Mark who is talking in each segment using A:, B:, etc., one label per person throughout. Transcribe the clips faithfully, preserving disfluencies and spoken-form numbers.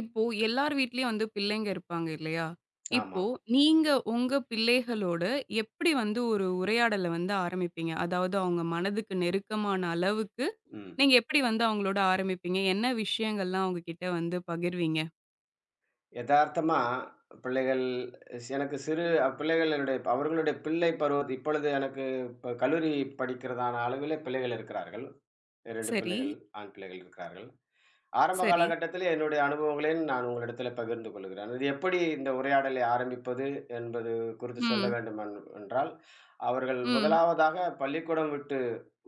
A: இப்போ எல்லார் வீட்லயும் வந்து பிள்ளைங்க இருப்பாங்க இல்லையா?
B: ஆமா.
A: இப்போ நீங்க உங்க பிள்ளைகளோட எப்படி வந்து ஒரு உரையாடல வந்து ஆரம்பிப்பீங்க? அதாவது அவங்க மனதுக்கு நெருக்கமான அளவுக்கு
B: ம்.
A: நீங்க எப்படி வந்து அவங்களோட ஆரம்பிப்பீங்க? என்ன விஷயங்கள்லாம் அவங்க கிட்ட வந்து பகிர்வீங்க?
B: எதார்த்தமா பிள்ளைகள் ஸ் எனக்கு சிறு பிள்ளைகள் என்னுடைய அவர்களுடைய பிள்ளை பருவத் இப்பொழுது எனக்கு இப்ப கல்லூரி படிக்கிறதான அளவிலே பிள்ளைகள் இருக்கிறார்கள். இரண்டு
A: சரி,
B: பிள்ளைகள், ஆண் பிள்ளைகள் இருக்கிறார்கள். ஆரம்ப
A: சரி.
B: காலகட்டத்திலே என்னுடைய அனுபவங்களையும் நான் உங்களிடத்திலே பகிர்ந்து கொள்கிறேன். இது எப்படி இந்த உரையாடலை ஆரம்பிப்பது என்பது குறித்து சொல்ல
A: ம்,
B: வேண்டும் என் என்றால், அவர்கள்
A: ம்.
B: முதலாவதாக பள்ளிக்கூடம் விட்டு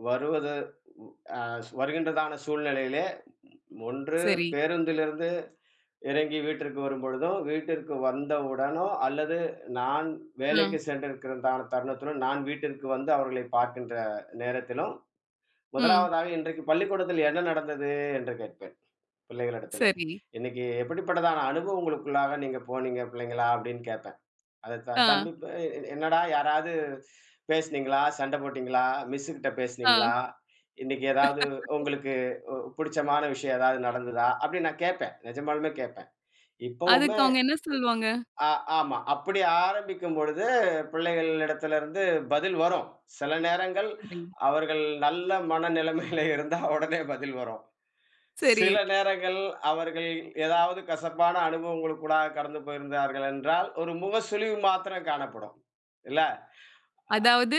B: வருவது அ வருகின்றதான சூழ்நிலையிலே ஒன்று
A: சரி.
B: பேருந்திலிருந்து இறங்கி வீட்டிற்கு வரும்பொழுதும், வீட்டிற்கு வந்தவுடனும் அல்லது நான்
A: ஆ,
B: வேலைக்கு சென்றிருக்கிற தான தருணத்திலும், நான் வீட்டிற்கு வந்து அவர்களை பார்க்கின்ற நேரத்திலும்,
A: ம்.
B: முதலாவதாக இன்றைக்கு பள்ளிக்கூடத்தில் என்ன நடந்தது என்று கேட்பேன், பிள்ளைகளிடத்தில.
A: சரி.
B: "இன்னைக்கு எப்படிப்பட்டதான அனுபவம் உங்களுக்குள்ளாக நீங்க போனீங்க பிள்ளைங்களா?" அப்படின்னு கேட்பேன். அது த
A: ஆ,
B: தம்பி ப எ "என்னடா யாராவது பேசுனீங்களா? சண்ட போட்டீங்களா? மிஸ் கிட்ட
A: ஆ.
B: பேசுனீங்களா? இன்னைக்கு ஏதாவது உங்களுக்கு உ புடிச்சமான விஷயம் ஏதாவது நடந்ததா?" அப்படின்னு நான் கேட்பேன். நிஜமாலுமே கேட்பேன்.
A: அதுக்கு
B: இப்பவுமே
A: அவங்க என்ன சொல்லுவாங்க?
B: ஆ ஆமா. அப்படி ஆரம்பிக்கும் பொழுது, பிள்ளைகளிடத்திலிருந்து பதில் வரும். சில நேரங்கள்
A: சரி,
B: அவர்கள் நல்ல மனநிலைமையில இருந்தா உடனே பதில் வரும்.
A: சரி.
B: சில நேரங்கள் அவர்கள் ஏதாவது கசப்பான அனுபவங்களுக்கூடாக கடந்து போயிருந்தார்கள் என்றால், ஒரு முகசுளிவு மாத்திரம் காணப்படும். இல்ல?
A: அதாவது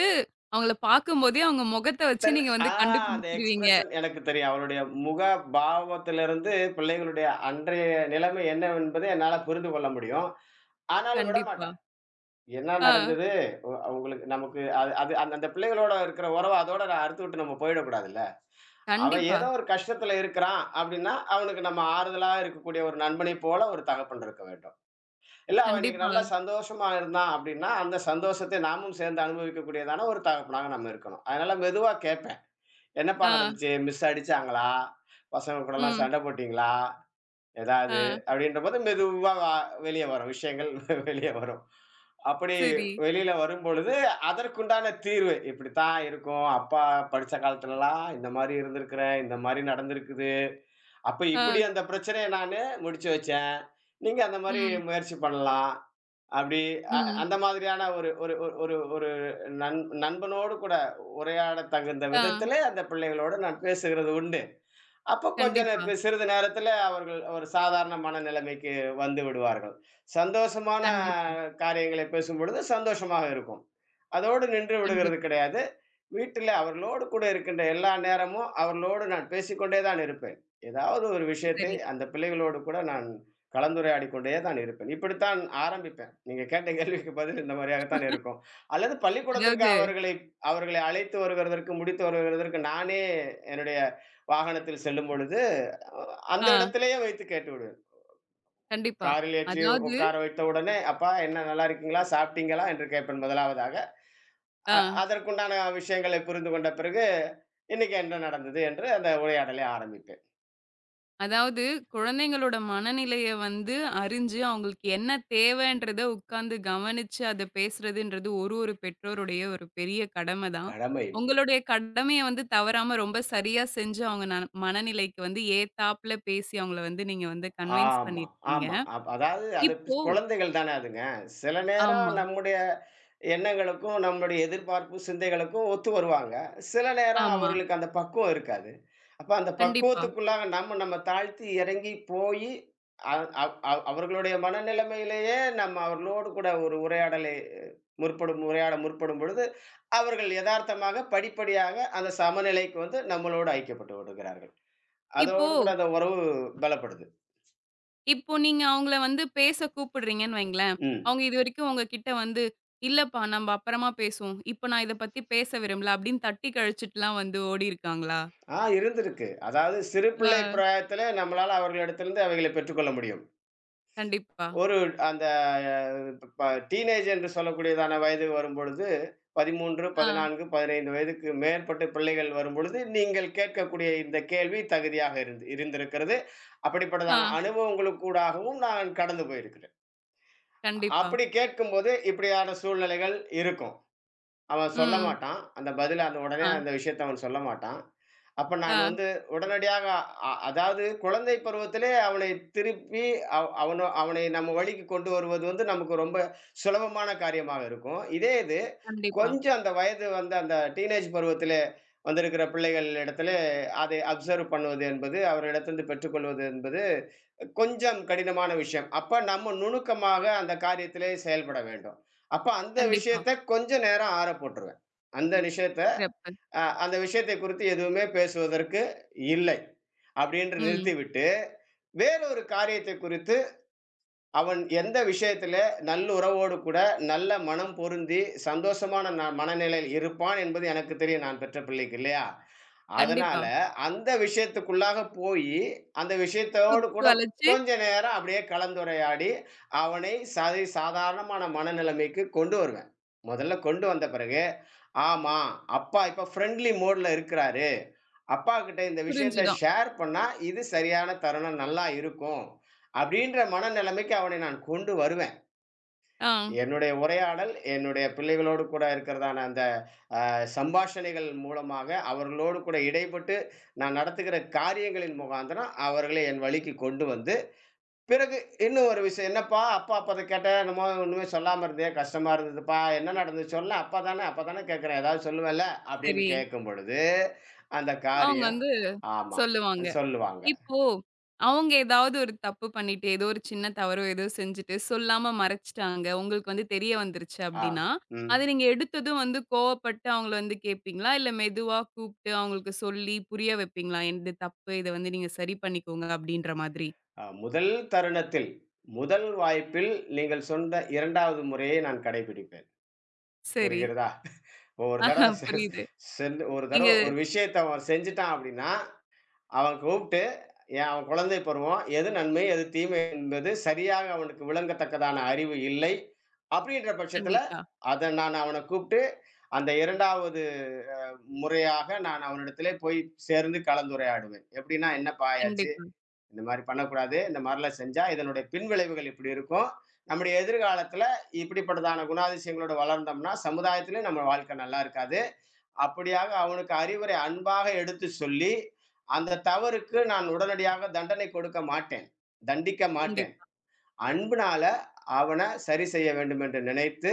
A: அவங்கள பார்க்கும்போதே அவங்க முகத்த வச்சு
B: தெல்
A: நீங்க
B: ஆ
A: வந்து
B: அந்த
A: கண்டுபிடிச்சுருவீங்க.
B: எக்ஸ்பிரஷன் எனக்கு தெரியும். அவருடைய முக பாவத்திலிருந்து பிள்ளைகளுடைய அன்றைய நிலைமை என்னவென்பதை என்னால புரிந்து கொள்ள முடியும். ஆனாலும்
A: கண்டிப்பா.
B: விடமாட்டாங்க. என்ன
A: ஆ.
B: நடந்தது? ஒ உங்களுக்கு நமக்கு அது அது அந்த அந்த பிள்ளைகளோட இருக்கிற உறவ அதோட அறுத்துவிட்டு நம்ம போயிடக்கூடாதுல்ல. அவன்
A: கண்டிப்பா,
B: ஏதோ ஒரு கஷ்டத்துல இருக்கிறான் அப்படின்னா, அவனுக்கு நம்ம ஆறுதலா இருக்கக்கூடிய ஒரு நண்பனைப் போல ஒரு தகப்பன் இருக்க வேண்டும். இல்ல அவன் இன்னைக்கு
A: கண்டிப்பா.
B: நல்லா சந்தோஷமா இருந்தான் அப்படின்னா, அந்த சந்தோஷத்தை நாமும் சேர்ந்து அனுபவிக்கக்கூடியதான ஒரு தகப்பனாக நம்ம இருக்கணும். அதனால மெதுவா கேட்பேன். "என்னப்பா
A: ஆ,
B: நடந்துச்சு? மிஸ் அடிச்சாங்களா? பசங்க கூடலாம்
A: ம்,
B: சண்டை போட்டீங்களா?
A: ஆ,
B: ஏதாவது அப்படின்றபோது மெதுவா வா வெளிய வரும். விஷயங்கள் வெளிய வரும். அப்படி
A: சரி.
B: வெளியில வரும்பொழுது, அதற்குண்டான தீர்வு. இப்படித்தான் இருக்கும். அப்பா படிச்ச காலத்துலலாம் இந்த மாரி இருந்திருக்கிறேன். இந்த மாரி நடந்திருக்குது. அப்ப
A: ஆ,
B: இப்படி அந்த பிரச்சனைய நானு முடிச்சு வச்சேன். நீங்க அந்த மாரி
A: ம்,
B: முயற்சி பண்ணலாம். அப்படி அ
A: ம்,
B: அந்த மாதிரியான ஒரு ஒரு ஒரு ஒரு ஒரு நண் நண்பனோடு கூட உரையாடத் தகுந்த
A: ஆ,
B: விதத்திலே அந்த பிள்ளைகளோடு நான் பேசுகிறது உண்டு. அப்ப கொஞ்ச
A: கண்டிப்பா,
B: நேர சிறிது நேரத்தில அவர்கள் ஒரு சாதாரணமான நிலைமைக்கு வந்து விடுவார்கள். சந்தோஷமான
A: கண்டிப்பா,
B: காரியங்களை பேசும்பொழுது சந்தோஷமாக இருக்கும். அதோடு நின்று விடுகிறது
A: கண்டிப்பா.
B: கிடையாது. வீட்டில அவர்களோடு கூட இருக்கின்ற எல்லா நேரமும் அவர்களோடு நான் பேசிக்கொண்டே தான் இருப்பேன். ஏதாவது ஒரு விஷயத்தை
A: சரி.
B: அந்த பிள்ளைகளோடு கூட நான் கலந்துரையாடிக் கொண்டே தான் இருப்பேன். இப்படித்தான் ஆரம்பிப்பேன். நீங்க கேட்ட கேள்விக்கு பதில் இந்த மாரியாகத்தான் இருக்கும். அல்லது பள்ளிக்கூடத்திற்கு
A: அதாவது
B: அவர்களை அவர்களை அழைத்து வருகிறதற்கு, முடித்து வருகிறதற்கு நானே என்னுடைய வாகனத்தில் செல்லும் பொழுது, அந்த
A: ஆ,
B: இடத்திலேயே வைத்து கேட்டுவிடுவேன்.
A: கண்டிப்பா.
B: காரில் ஏற்றி
A: அதாவது
B: உட்கார வைத்த உடனே, "அப்பா என்ன நல்லா இருக்கீங்களா? சாப்பிட்டீங்களா?" என்று கேட்பேன் முதலாவதாக.
A: ஆ,
B: அ அதற்குண்டான விஷயங்களை புரிந்து கொண்ட பிறகு, "இன்னைக்கு என்ன நடந்தது?" என்று அந்த உரையாடலை ஆரம்பிப்பேன்.
A: அதாவது குழந்தைங்களோட மனநிலைய வந்து அறிஞ்சு, அவங்களுக்கு என்ன தேவைன்றத உட்கார்ந்து கவனிச்சு அத பேசுறதுன்றது ஒரு, ஒரு பெற்றோருடைய ஒரு பெரிய கடமை தான்.
B: கடமை.
A: உங்களுடைய கடமைய வந்து தவறாம ரொம்ப சரியா செஞ்சு, அவங்க ந மனநிலைக்கு வந்து ஏத்தாப்புல பேசி அவங்கள வந்து நீங்க வந்து கன்வின்ஸ்
B: ஆமா,
A: பண்ணியிருக்கீங்க.
B: ஆமா. அப் அதாவது அது பி-
A: இப்போ
B: குழந்தைகள் தானே அதுங்க. சில நேரம்
A: ஆமா,
B: நம்முடைய எண்ணங்களுக்கும், நம்மளுடைய எதிர்பார்ப்பு, சிந்தைகளுக்கும் ஒத்து வருவாங்க. சில நேரம்
A: ஆமா.
B: அவர்களுக்கு அந்த பக்குவம் இருக்காது. அப்ப அந்த
A: கண்டிப்பா.
B: பக்குவத்துக்குள்ளாக நம்ம நம்ம தாழ்த்தி இறங்கி போயி, அ அவ் அவ் அவர்களுடைய மனநிலைமையிலேயே நம்ம அவர்களோடு கூட ஒரு உரையாடலை அஹ், முற்படும் உரையாட முற்படும் பொழுது, அவர்கள் எதார்த்தமாக படிப்படியாக அந்த சமநிலைக்கு வந்து நம்மளோடு ஐக்கியப்பட்டு விடுகிறார்கள்.
A: இப்போ
B: அதோடு கூட அந்த உறவு பலப்படுது.
A: இப்போ நீங்க அவங்கள வந்து பேச கூப்பிடுறீங்கன்னு வைங்களேன்.
B: ம்.
A: அவங்க இதுவரைக்கும் உங்ககிட்ட வந்து, "இல்லப்பா நம்ம அப்புறமா பேசுவோம். இப்ப நான் இத பத்தி பேச விரும்பல" அப்படின்னு தட்டி கழிச்சுட்டுலாம் வந்து ஓடியிருக்காங்களா?
B: ஆ இருந்திருக்கு. அதாவது சிறு பிள்ளை
A: ஆ.
B: பிராயத்தில நம்மளால அவர்களிடத்திலிருந்து அவைகளை பெற்றுக்கொள்ள முடியும்.
A: கண்டிப்பா.
B: ஒரு அந்த ப டீனேஜ் என்று சொல்லக்கூடியதான வயது வரும்பொழுது பதின்மூன்று,
A: ஆ,
B: பதினான்கு, பதினைந்து வயதுக்கு மேற்பட்ட பிள்ளைகள் வரும்பொழுது, நீங்கள் கேட்கக்கூடிய இந்த கேள்வி தகுதியாக இருந்து இருந்திருக்கிறது. அப்படிப்பட்டதான
A: ஆ.
B: அனுபவங்களுக்கூடாகவும் நான் கடந்து போயிருக்கிறேன்.
A: கண்டிப்பா.
B: அப்படி கேட்கும்போது இப்படியான சூழ்நிலைகள் இருக்கும். அவன் சொல்ல
A: ம்.
B: மாட்டான். அந்த பதில அந்த உடனே
A: ஆ,
B: அந்த விஷயத்த அவன் சொல்ல மாட்டான். அப்ப நான்
A: ஆ.
B: வந்து உடனடியாக அ அதாவது குழந்தை பருவத்திலே அவனை திருப்பி அவ் அவன அவனை நம்ம வழிக்கு கொண்டு வருவது வந்து நமக்கு ரொம்ப சுலபமான காரியமாக இருக்கும். இதே இது
A: கண்டிப்பா,
B: கொஞ்சம் அந்த வயது வந்து அந்த டீனேஜ் பருவத்திலே வந்திருக்கிற பிள்ளைகள் இடத்திலே அதை அப்சர்வ் பண்ணுவது என்பது, அவரிடத்திலிருந்து பெற்றுக்கொள்வது என்பது கொஞ்சம் கடினமான விஷயம். அப்ப நம்ம நுணுக்கமாக அந்த காரியத்திலே செயல்பட வேண்டும். அப்ப அந்த
A: கண்டிப்பா.
B: விஷயத்த கொஞ்ச நேரம் ஆற போட்டுருவேன். அந்த விஷயத்த
A: சிறப்பு.
B: அ அந்த விஷயத்தை குறித்து எதுவுமே பேசுவதற்கு இல்லை. அப்படின்று
A: ம்.
B: நிறுத்திவிட்டு, வேறொரு காரியத்தை குறித்து அவன் எந்த விஷயத்திலே நல்லுறவோடு கூட நல்ல மனம் பொருந்தி சந்தோஷமான ந மனநிலையில் இருப்பான் என்பது எனக்கு தெரியும் நான் பெற்ற பிள்ளைக்கு இல்லையா?
A: கண்டிப்பா.
B: அதனால அந்த விஷயத்துக்குள்ளாக போயி, அந்த விஷயத்தோடு
A: சுத்தி
B: கூட
A: வளைச்சு
B: கொஞ்ச நேரம் அப்படியே கலந்துரையாடி, அவனை சதை சாதாரணமான மனநிலைமைக்கு கொண்டு வருவேன். முதல்ல கொண்டு வந்த பிறகு, ஆமா, அப்பா இப்ப ஃப்ரெண்ட்லி மோட்ல இருக்கிறாரு. அப்பாகிட்ட இந்த விஷயத்த
A: புரிஞ்சிடும்.
B: ஷேர் பண்ணா, இது சரியான தருணம் நல்லா இருக்கும். அப்படின்ற மனநிலைமைக்கு அவனை நான் கொண்டு வருவேன்.
A: ஆ.
B: என்னுடைய உரையாடல், என்னுடைய பிள்ளைகளோடு கூட இருக்கிறதான அந்த சம்பாஷணைகள் மூலமாக அவர்களோடு கூட இடைப்பட்டு நான் நடத்துகிற காரியங்களின் முகாந்திரம் அவர்களை என் வழிக்கு கொண்டு வந்து பிறகு இன்னும் ஒரு விஷயம் என்னப்பா அப்பா அப்போ அதை கேட்டேன் என்னமோ ஒன்றுமே சொல்லாமல் இருந்தே கஷ்டமாக இருந்ததுப்பா என்ன நடந்துச்சு சொல்ல அப்பா தானே அப்பா தானே கேட்குறேன் ஏதாவது சொல்லுவேன்ல அப்படின்னு
A: சரி.
B: கேட்கும் பொழுது அந்த
A: அவங்க
B: காரியம்
A: வந்து
B: ஆமாம்
A: சொல்லுவாங்க.
B: சொல்லுவாங்க
A: இப்போ, அவங்க ஏதாவது ஒரு தப்பு பண்ணிட்டு, ஏதோ ஒரு சின்ன தவறோ ஏதோ செஞ்சுட்டு, சொல்லாம மறைச்சுட்டாங்க. உங்களுக்கு வந்து தெரிய வந்துருச்சு
B: ஆ
A: அப்டின்னா,
B: ம்
A: அத நீங்க எடுத்ததும் வந்து கோவப்பட்டு அவங்கள வந்து கேட்பீங்களா? இல்ல மெதுவா கூப்ட்டு அவங்களுக்கு சொல்லி புரிய வைப்பீங்களா? "என்து தப்பு. இத வந்து நீங்க சரி பண்ணிக்கோங்க" அப்டின்ற மாதிரி.
B: ஆ, முதல் தருணத்தில் முதல் வாய்ப்பில் நீங்கள் சொன்ன இரண்டாவது முறையை நான் கடைபிடிப்பேன்
A: சரி.
B: புரிகிறதா இப்போ ஒரு
A: ஆஹா
B: தடவ செ
A: புரியுது.
B: சென் ஒரு தடவ
A: நீங்க
B: ஒரு விஷயத்த அவன் செஞ்சுட்டான் அப்படின்னா, அவன் கூப்ட்டு, "ஏன் அவன் குழந்தை பருவம். எது நன்மை, எது தீமை என்பது சரியாக அவனுக்கு விளங்கத்தக்கதான அறிவு இல்லை." அப்படின்ற பட்சத்தில,
A: கண்டிப்பா,
B: அத நான் அவன கூப்ட்டு, அந்த இரண்டாவது முறையாக நான் அவனிடத்திலே போய் சேர்ந்து கலந்துரையாடுவேன். எப்படின்னா, "என்னப்பா ஆயாச்சு?
A: கண்டிப்பா,
B: இந்த மாரி பண்ணக்கூடாது. இந்த மாரிலாம் செஞ்சா, இதனுடைய பின்விளைவுகள் இப்படி இருக்கும். நம்முடைய எதிர்காலத்தில இப்படிப்பட்டதான குணாதிசயங்களோட வளர்ந்தோம்னா, சமுதாயத்திலயும் நம்ம வாழ்க்கை நல்லா இருக்காது. அப்படியாக அவனுக்கு அறிவுரை அன்பாக எடுத்து சொல்லி, அந்த தவறுக்கு நான் உடனடியாக தண்டனை கொடுக்க மாட்டேன். தண்டிக்க மாட்டேன்.
A: கண்டிப்பா.
B: அன்புனால அவன சரி செய்ய வேண்டும் என்று நினைத்து,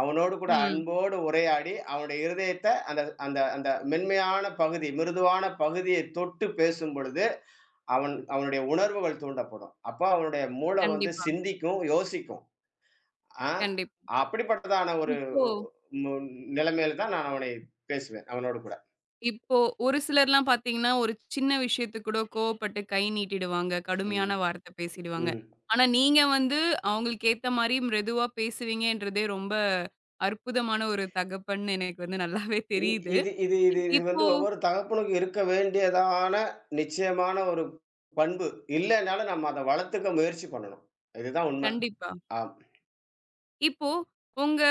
B: அவனோடு கூட
A: ம்.
B: அன்போடு உரையாடி, அவனுடைய இருதயத்த அந்த அந்த அந்த மென்மையான பகுதி, மிருதுவான பகுதியை தொட்டு பேசும் பொழுது, அவன் அவனுடைய உணர்வுகள் தூண்டப்படும். அப்ப அவனுடைய மூளை வந்து
A: கண்டிப்பா,
B: சிந்திக்கும், யோசிக்கும். ஆ அப்படிப்பட்டதான ஒரு
A: கண்டிப்பா.
B: உ நிலைமையில தான் நான் அவனை பேசுவேன், அவனோடு கூட.
A: இப்போ ஒரு சிலர்லாம் பார்த்தீங்கன்னா, ஒரு சின்ன விஷயத்துக்கு கூட கோவப்பட்டு கை நீட்டிடுவாங்க.
B: ம்.
A: கடுமையான வார்த்தை பேசிடுவாங்க.
B: ம்.
A: ஆனா நீங்க வந்து அவங்களுக்கு ஏத்த மாரி மிருதுவா பேசுவீங்கன்றதே ரொம்ப அற்புதமான ஒரு தகப்பன்னு எனக்கு வந்து நல்லாவே
B: இ
A: தெரியுது.
B: இது இது இது இது வந்து
A: இப்போ
B: ஒவ்வொரு தகப்பனுக்கும் இருக்க வேண்டியதான நிச்சயமான ஒரு பண்பு. இல்லன்னாலும் நம்ம அத வளர்த்துக்க முயற்சி பண்ணணும். இதுதான் உண்ம.
A: கண்டிப்பா.
B: ஆம்.
A: இப்போ உங்க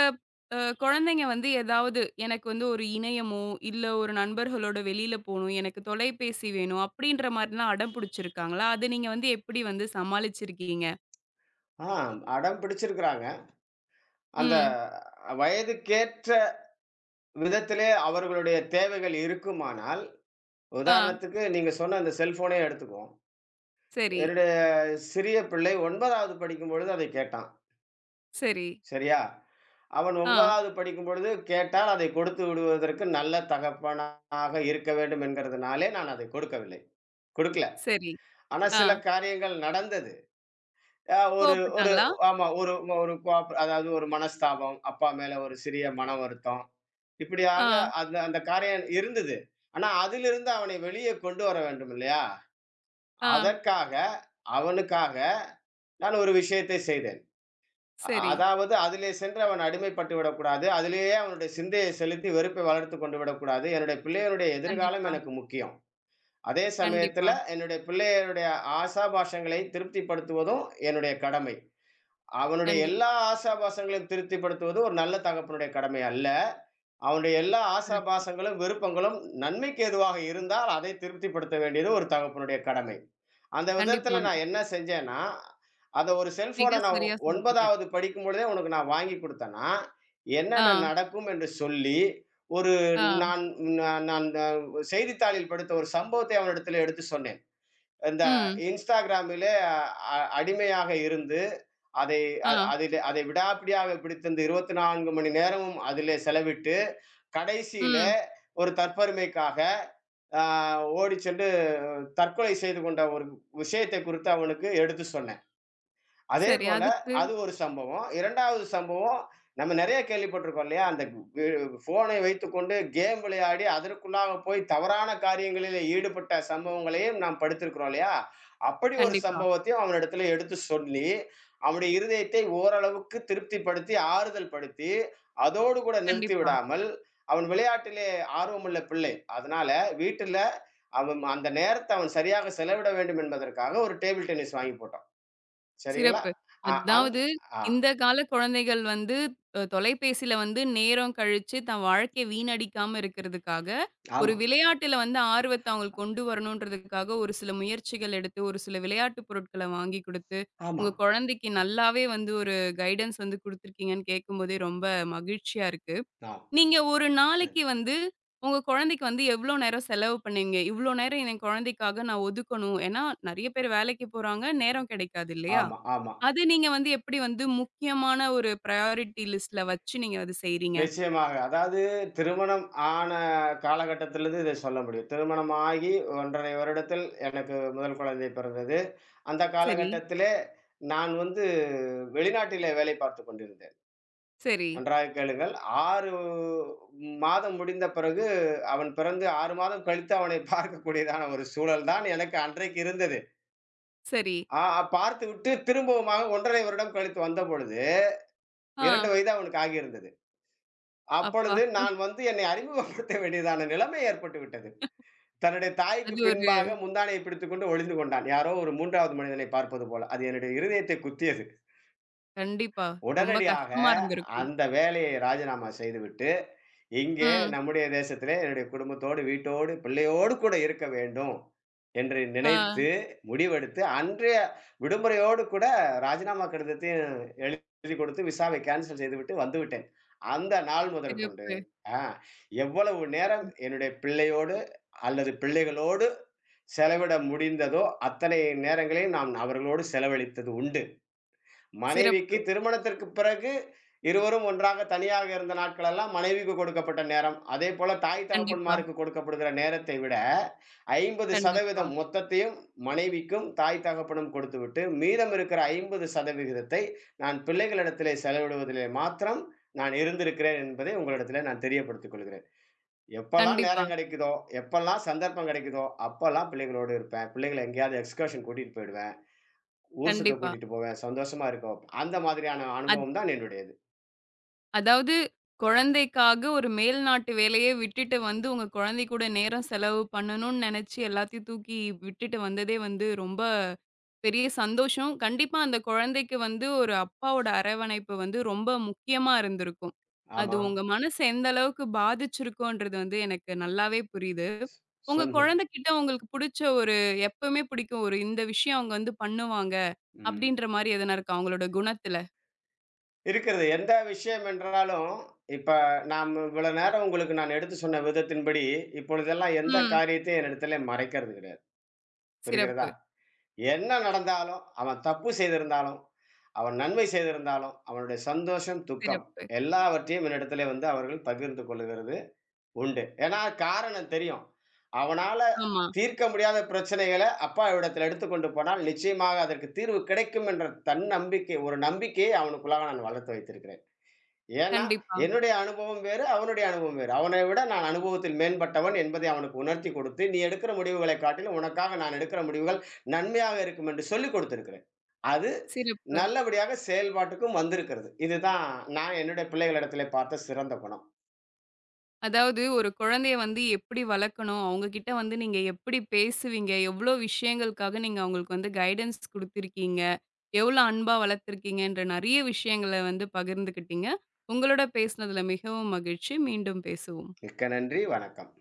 A: அ குழந்தைங்க வந்து ஏதாவது எனக்கு வந்து ஒரு இணையமோ, இல்ல ஒரு நண்பர்களோட வெளியில போணும், எனக்கு தொலைபேசி வேணும் அப்படின்ற மாரிலாம் அடம் பிடிச்சிருக்காங்களா? அத நீங்க வந்து எப்படி வந்து சமாளிச்சிருக்கீங்க?
B: ஆ அடம் பிடிச்சிருக்கிறாங்க. அந்த
A: ம்.
B: வயதுக்கேற்ற விதத்திலே அவர்களுடைய தேவைகள் இருக்குமானால்,
A: ஆ.
B: உதாரணத்துக்கு நீங்க சொன்ன அந்த செல்ஃபோனே எடுத்துக்குவோம்.
A: சரி.
B: என்னுடைய சிறிய பிள்ளை ஒன்பதாவது படிக்கும்பொழுது அதை கேட்டான்.
A: சரி.
B: சரியா? அவன்
A: ஆ,
B: ஒன்பதாவது படிக்கும் பொழுது கேட்டால் அதை கொடுத்து விடுவதற்கு நல்ல தகப்பனாக இருக்க வேண்டும் என்கிறதுனாலே நான் அதை கொடுக்கவில்லை. கொடுக்கல.
A: சரி.
B: ஆனா
A: ஆ.
B: சில காரியங்கள் நடந்தது. அ ஒரு ஒரு
A: கோவப்பட்டாங்களா?
B: ஆமா ஒரு ஒரு கோப் அதாவது ஒரு மனஸ்தாபம், அப்பா மேல ஒரு சிறிய மன வருத்தம். இப்படியாக
A: ஆ,
B: அந்த அந்த காரியம் இருந்தது. ஆனா அதிலிருந்து அவனை வெளியே கொண்டு வர வேண்டும் இல்லையா?
A: ஆ.
B: அதற்காக, அவனுக்காக நான் ஒரு விஷயத்தை செய்தேன். அ
A: சரி.
B: அதாவது அதிலே சென்று அவன் அடிமைப்பட்டு விடக்கூடாது. அதிலேயே அவனுடைய சிந்தையை செலுத்தி வெறுப்பை வளர்த்துக் கொண்டு விடக்கூடாது. என்னுடைய பிள்ளையினுடைய எதிர்காலம்
A: கண்டிப்பா,
B: எனக்கு முக்கியம். அதே
A: கண்டிப்பா,
B: சமயத்துல என்னுடைய பிள்ளையினுடைய ஆசாபாசங்களை திருப்திப்படுத்துவதும் என்னுடைய கடமை. அவனுடைய எல்லா
A: கண்டிப்பா.
B: ஆசாபாசங்களையும் திருப்திப்படுத்துவது ஒரு நல்ல தகப்பனுடைய கடமை அல்ல. அவனுடைய எல்லா
A: சிறப்பு.
B: ஆசாபாசங்களும், விருப்பங்களும் நன்மைக்கு எதுவாக இருந்தால் அதை திருப்திப்படுத்த வேண்டியது ஒரு தகப்பனுடைய கடமை. அந்த
A: கண்டிப்பா.
B: விதத்துல நான் என்ன செஞ்சேன்னா, அத ஒரு
A: மிக
B: செல்ஃபோன நான்
A: சரியா சொல்றீங்க.
B: ஒன்பதாவது படிக்கும் பொழுதே உனக்கு நான் வாங்கி குடுத்தேன்னா, என்னென்ன
A: ஆ,
B: நடக்கும் என்று சொல்லி, ஒரு
A: ஆ.
B: நான் நான் நான் அ செய்தித்தாளில் படித்த ஒரு சம்பவத்தை அவனிடத்திலே எடுத்து சொன்னேன். இந்த
A: ம்.
B: இன்ஸ்டாகிராம்மிலே அ அ- அடிமையாக இருந்து, அதை அ
A: ஆ,
B: அதிலே அதை விடாப்பிடியாக பிடித்து இந்த இருபத்தி நான்கு மணி நேரமும் அதிலே செலவிட்டு, கடைசியிலே
A: ம்.
B: ஒரு தற்பெருமைக்காக அ ஓடிச் சென்று தற்கொலை செய்து கொண்ட ஒரு விஷயத்தை குறித்து அவனுக்கு எடுத்து சொன்னேன். அதே
A: சரி.
B: போல
A: அதுக்கு
B: அது ஒரு சம்பவம். இரண்டாவது சம்பவம், நம்ம நெறைய கேள்விப்பட்டிருக்கோம் இல்லையா? அந்த கு ஃபோனை வைத்துக்கொண்டு கேம் விளையாடி, அதற்குள்ளாக போய் தவறான காரியங்களிலே ஈடுபட்ட சம்பவங்களையும் நாம் படித்திருக்கிறோம் இல்லையா? அப்படி ஒரு
A: கண்டிப்பா,
B: சம்பவத்தையும் அவனிடத்திலே எடுத்து சொல்லி, அவனுடைய இருதயத்தை ஓரளவுக்கு திருப்திப்படுத்தி, ஆறுதல் படுத்தி, அதோடு கூட நிறுத்தி
A: கண்டிப்பா.
B: விடாமல், அவன் விளையாட்டிலே ஆர்வமுள்ள பிள்ளை. அதனால வீட்டில அவன் அந்த நேரத்த அவன் சரியாக செலவிட வேண்டும் என்பதற்காக ஒரு டேபிள் டென்னிஸ் வாங்கி போட்டோம். சரிங்களா?
A: சிறப்பு.
B: அ அந்
A: அதாவது
B: ஆ
A: இந்த கால குழந்தைகள் வந்து அ தொலைபேசியில வந்து நேரம் கழிச்சு தன் வாழ்க்கைய வீணடிக்காம இருக்கிறதுக்காக, ஒரு
B: ஆமா,
A: விளையாட்டுல வந்து ஆர்வத்த அவங்களுக்கு கொண்டு வரணுன்றதுக்காக ஒரு சில முயற்சிகள் எடுத்து, ஒரு சில விளையாட்டு பொருட்கள வாங்கி குடுத்து,
B: ஆமா,
A: உங்க குழந்தைக்கு நல்லாவே வந்து ஒரு கைடன்ஸ் வந்து குடுத்துருக்கீங்கன்னு கேட்கும்போதே ரொம்ப மகிழ்ச்சியா இருக்கு.
B: ஆம்.
A: நீங்க ஒரு
B: நன்றி.
A: நாளைக்கு வந்து உங்க குழந்தைக்கு வந்து எவ்வளோ நேரம் செலவு பண்ணீங்க? இவ்வளோ நேரம் என் குழந்தைக்காக நான் ஒதுக்கணும். ஏன்னா நெறைய பேர் வேலைக்கு போறாங்க, நேரம் கிடைக்காது இல்லையா?
B: ஆமா, ஆமா.
A: அது நீங்க வந்து எப்படி வந்து முக்கியமான ஒரு பிரையாரிட்டி லிஸ்ட்ல வச்சு நீங்க அது செய்றீங்க?
B: நிச்சயமாக. அதாவது திருமணம் ஆன காலகட்டத்திலிருந்து இதை சொல்ல முடியும். திருமணமாகி ஒன்று ஒன்றரை வருடத்தில் எனக்கு முதல் குழந்தை பிறந்தது. அந்த
A: சரி,
B: காலகட்டத்திலே நான் வந்து வெளிநாட்டிலே வேலை பார்த்துக் கொண்டிருந்தேன்.
A: சரி,
B: நன்றாக கேளுங்கள். ஆறு மாதம் முடிந்த பிறகு அவன் பிறந்து ஆறு மாதம் கழித்து அவனை பார்க்கக்கூடியதான ஒரு சூழல் தான் எனக்கு அன்றைக்கு இருந்தது.
A: சரி.
B: ஆ பார்த்துவிட்டு திரும்பவுமாக ஒன்று ஒன்றரை வருடம் கழித்து வந்தபொழுது, இரண்டு
A: ஆ,
B: வயது அவனுக்கு ஆகியிருந்தது.
A: அப்பா!
B: அப்பொழுது நான் வந்து என்னை அறிமுகப்படுத்த வேண்டியதான நிலைமை ஏற்பட்டு விட்டது. தன்னுடைய தாய்க்கு
A: அது ஒரு
B: பின்பாக முந்தானையை பிடித்துக்கொண்டு ஒளிந்து கொண்டான். யாரோ ஒரு மூன்றாவது மனிதனை பார்ப்பது போல. அது என்னுடைய இருதயத்தை குத்தியது.
A: கண்டிப்பா. ரொம்ப
B: உடனடியாக
A: கஷ்டமா இருந்திருக்கும்.
B: அந்த வேலையை ராஜினாமா செய்துவிட்டு இங்க
A: ம்.
B: நம்முடைய தேசத்திலே என்னுடைய குடும்பத்தோடு, வீட்டோடு, பிள்ளையோடு கூட இருக்க வேண்டும் என்று
A: ஆ,
B: நினைத்து, முடிவெடுத்து, அன்றைய விடுமுறையோடு கூட ராஜினாமா கடிதத்தையும் எழுதி கொடுத்து விசாவை கேன்சல் செய்துவிட்டு வந்துவிட்டேன். அந்த நாள் முதற்கொண்டு,
A: சிறப்பு,
B: ஆ எவ்வளவு நேரம் என்னுடைய பிள்ளையோடு அல்லது பிள்ளைகளோடு செலவிட முடிந்ததோ, அத்தனை நேரங்களையும் நான் அவர்களோடு செலவழித்தது உண்டு. மனைவிக்கு
A: சிறப்பு.
B: திருமணத்திற்கு பிறகு இருவரும் ஒன்றாக தனியாக இருந்த நாட்களெல்லாம் மனைவிக்கு கொடுக்கப்பட்ட நேரம். அதேபோல தாய்
A: கண்டிப்பா,
B: தகப்பன்மாருக்கு கொடுக்கப்படுகிற நேரத்தை விட
A: கண்டிப்பா,
B: ஐம்பது சதவீதம் மொத்தத்தையும் மனைவிக்கும், தாய் தகப்பனும் கொடுத்துவிட்டு, மீதம் இருக்கிற ஐம்பது சதவீதம் ஐ நான் பிள்ளைகளிடத்திலே செலவிடுவதிலே மாத்திரம் நான் இருந்திருக்கிறேன் என்பதை உங்களிடத்திலே நான் தெரியப்படுத்திக் கொள்கிறேன். எப்பல்லாம்
A: கண்டிப்பா,
B: நேரம் கிடைக்குதோ, எப்பல்லாம் சந்தர்ப்பம் கிடைக்குதோ, அப்பல்லாம் பிள்ளைகளோடு இருப்பேன். பிள்ளைகள எங்கேயாவது எக்ஸ்கர்ஷன் கூட்டிட்டு போயிடுவேன். ஊர் சுத்த
A: கண்டிப்பா.
B: கூட்டிட்டு போவேன். சந்தோஷமா இருக்கும். அந்த மாதிரியான அனுபவம் தான் என்னுடையது.
A: அதாவது குழந்தைக்காக ஒரு மேல் நாட்டு வேலையே விட்டுட்டு வந்து, உங்க குழந்தை கூட நேரம் செலவு பண்ணணும்னு நெனச்சு எல்லாத்தையும் தூக்கி விட்டுட்டு வந்ததே வந்து ரொம்ப பெரிய சந்தோஷம். கண்டிப்பா அந்த குழந்தைக்கு வந்து ஒரு அப்பாவோட அரவணைப்பு வந்து ரொம்ப முக்கியமா இருந்திருக்கும். அது
B: ஆமா.
A: உங்க மனச எந்த அளவுக்கு பாதிச்சிருக்கோன்றது வந்து எனக்கு நல்லாவே புரியுது. உங்க
B: சொல்லு.
A: குழந்தைகிட்ட உங்களுக்கு புடிச்ச ஒரு எப்பவுமே பிடிக்கும் ஒரு இந்த விஷயம் அவங்க வந்து பண்ணுவாங்க,
B: ம்.
A: அப்படின்ற மாரி எதனா இருக்கா? அவங்களோட குணத்துல?
B: இருக்கிறது. எந்த விஷயம் என்றாலும், இப்ப நாம் இவ்வளோ நேரம் உங்களுக்கு நான் எடுத்து சொன்ன விதத்தின்படி, இப்பொழுதெல்லாம் எந்த
A: ம்.
B: காரியத்தையும் என்னிடத்திலே மறைக்கிறது கிடையாது. புரிகிறதா?
A: சிறப்பு,
B: என்ன நடந்தாலும், அவன் தப்பு செய்திருந்தாலும், அவன் நன்மை செய்திருந்தாலும், அவனுடைய சந்தோஷம், துக்கம்
A: சிறப்பு.
B: எல்லாவற்றையும் என்னிடத்திலே வந்து அவர்கள் பகிர்ந்து கொள்ளுகிறது. உண்டு. ஏன்னா காரணம் தெரியும். அவனால
A: ஆமா.
B: தீர்க்க முடியாத பிரச்சனைகள அப்பாவிடத்தில் எடுத்துக் கொண்டு போனால், நிச்சயமாக அதற்கு தீர்வு கிடைக்கும் என்ற தன்னம்பிக்கை ஒரு நம்பிக்கையை அவனுக்குள்ளாக நான் வளர்த்து வைத்திருக்கிறேன். ஏன்னா,
A: கண்டிப்பா.
B: என்னுடைய அனுபவம் வேறு, அவனுடைய அனுபவம் வேறு. அவனை விட நான் அனுபவத்தில் மேம்பட்டவன் என்பதை அவனுக்கு உணர்த்தி கொடுத்து, நீ எடுக்கிற முடிவுகளை காட்டிலும் உனக்காக நான் எடுக்கிற முடிவுகள் நன்மையாக இருக்கும் என்று சொல்லிக் கொடுத்திருக்கிறேன். அது
A: சிறப்பு.
B: நல்லபடியாக செயல்பாட்டுக்கும் வந்திருக்கிறது. இதுதான் நான் என்னுடைய பிள்ளைகளிடத்திலே பார்த்த சிறந்த குணம்.
A: அதாவது ஒரு குழந்தைய வந்து எப்படி வளர்க்கணும்? அவங்க கிட்ட வந்து நீங்க எப்படி பேசுவீங்க? எவ்ளோ விஷயங்களுக்காக நீங்க அவங்களுக்கு வந்து கைடன்ஸ் குடுத்துருக்கீங்க? எவ்ளோ அன்பா வளர்த்துருக்கீங்கன்ற நெறைய விஷயங்கள வந்து பகிர்ந்துக்கிட்டீங்க. உங்களோட பேசினதுல மிகவும் மகிழ்ச்சி. மீண்டும் பேசுவோம்.
B: மிக்க நன்றி. வணக்கம்.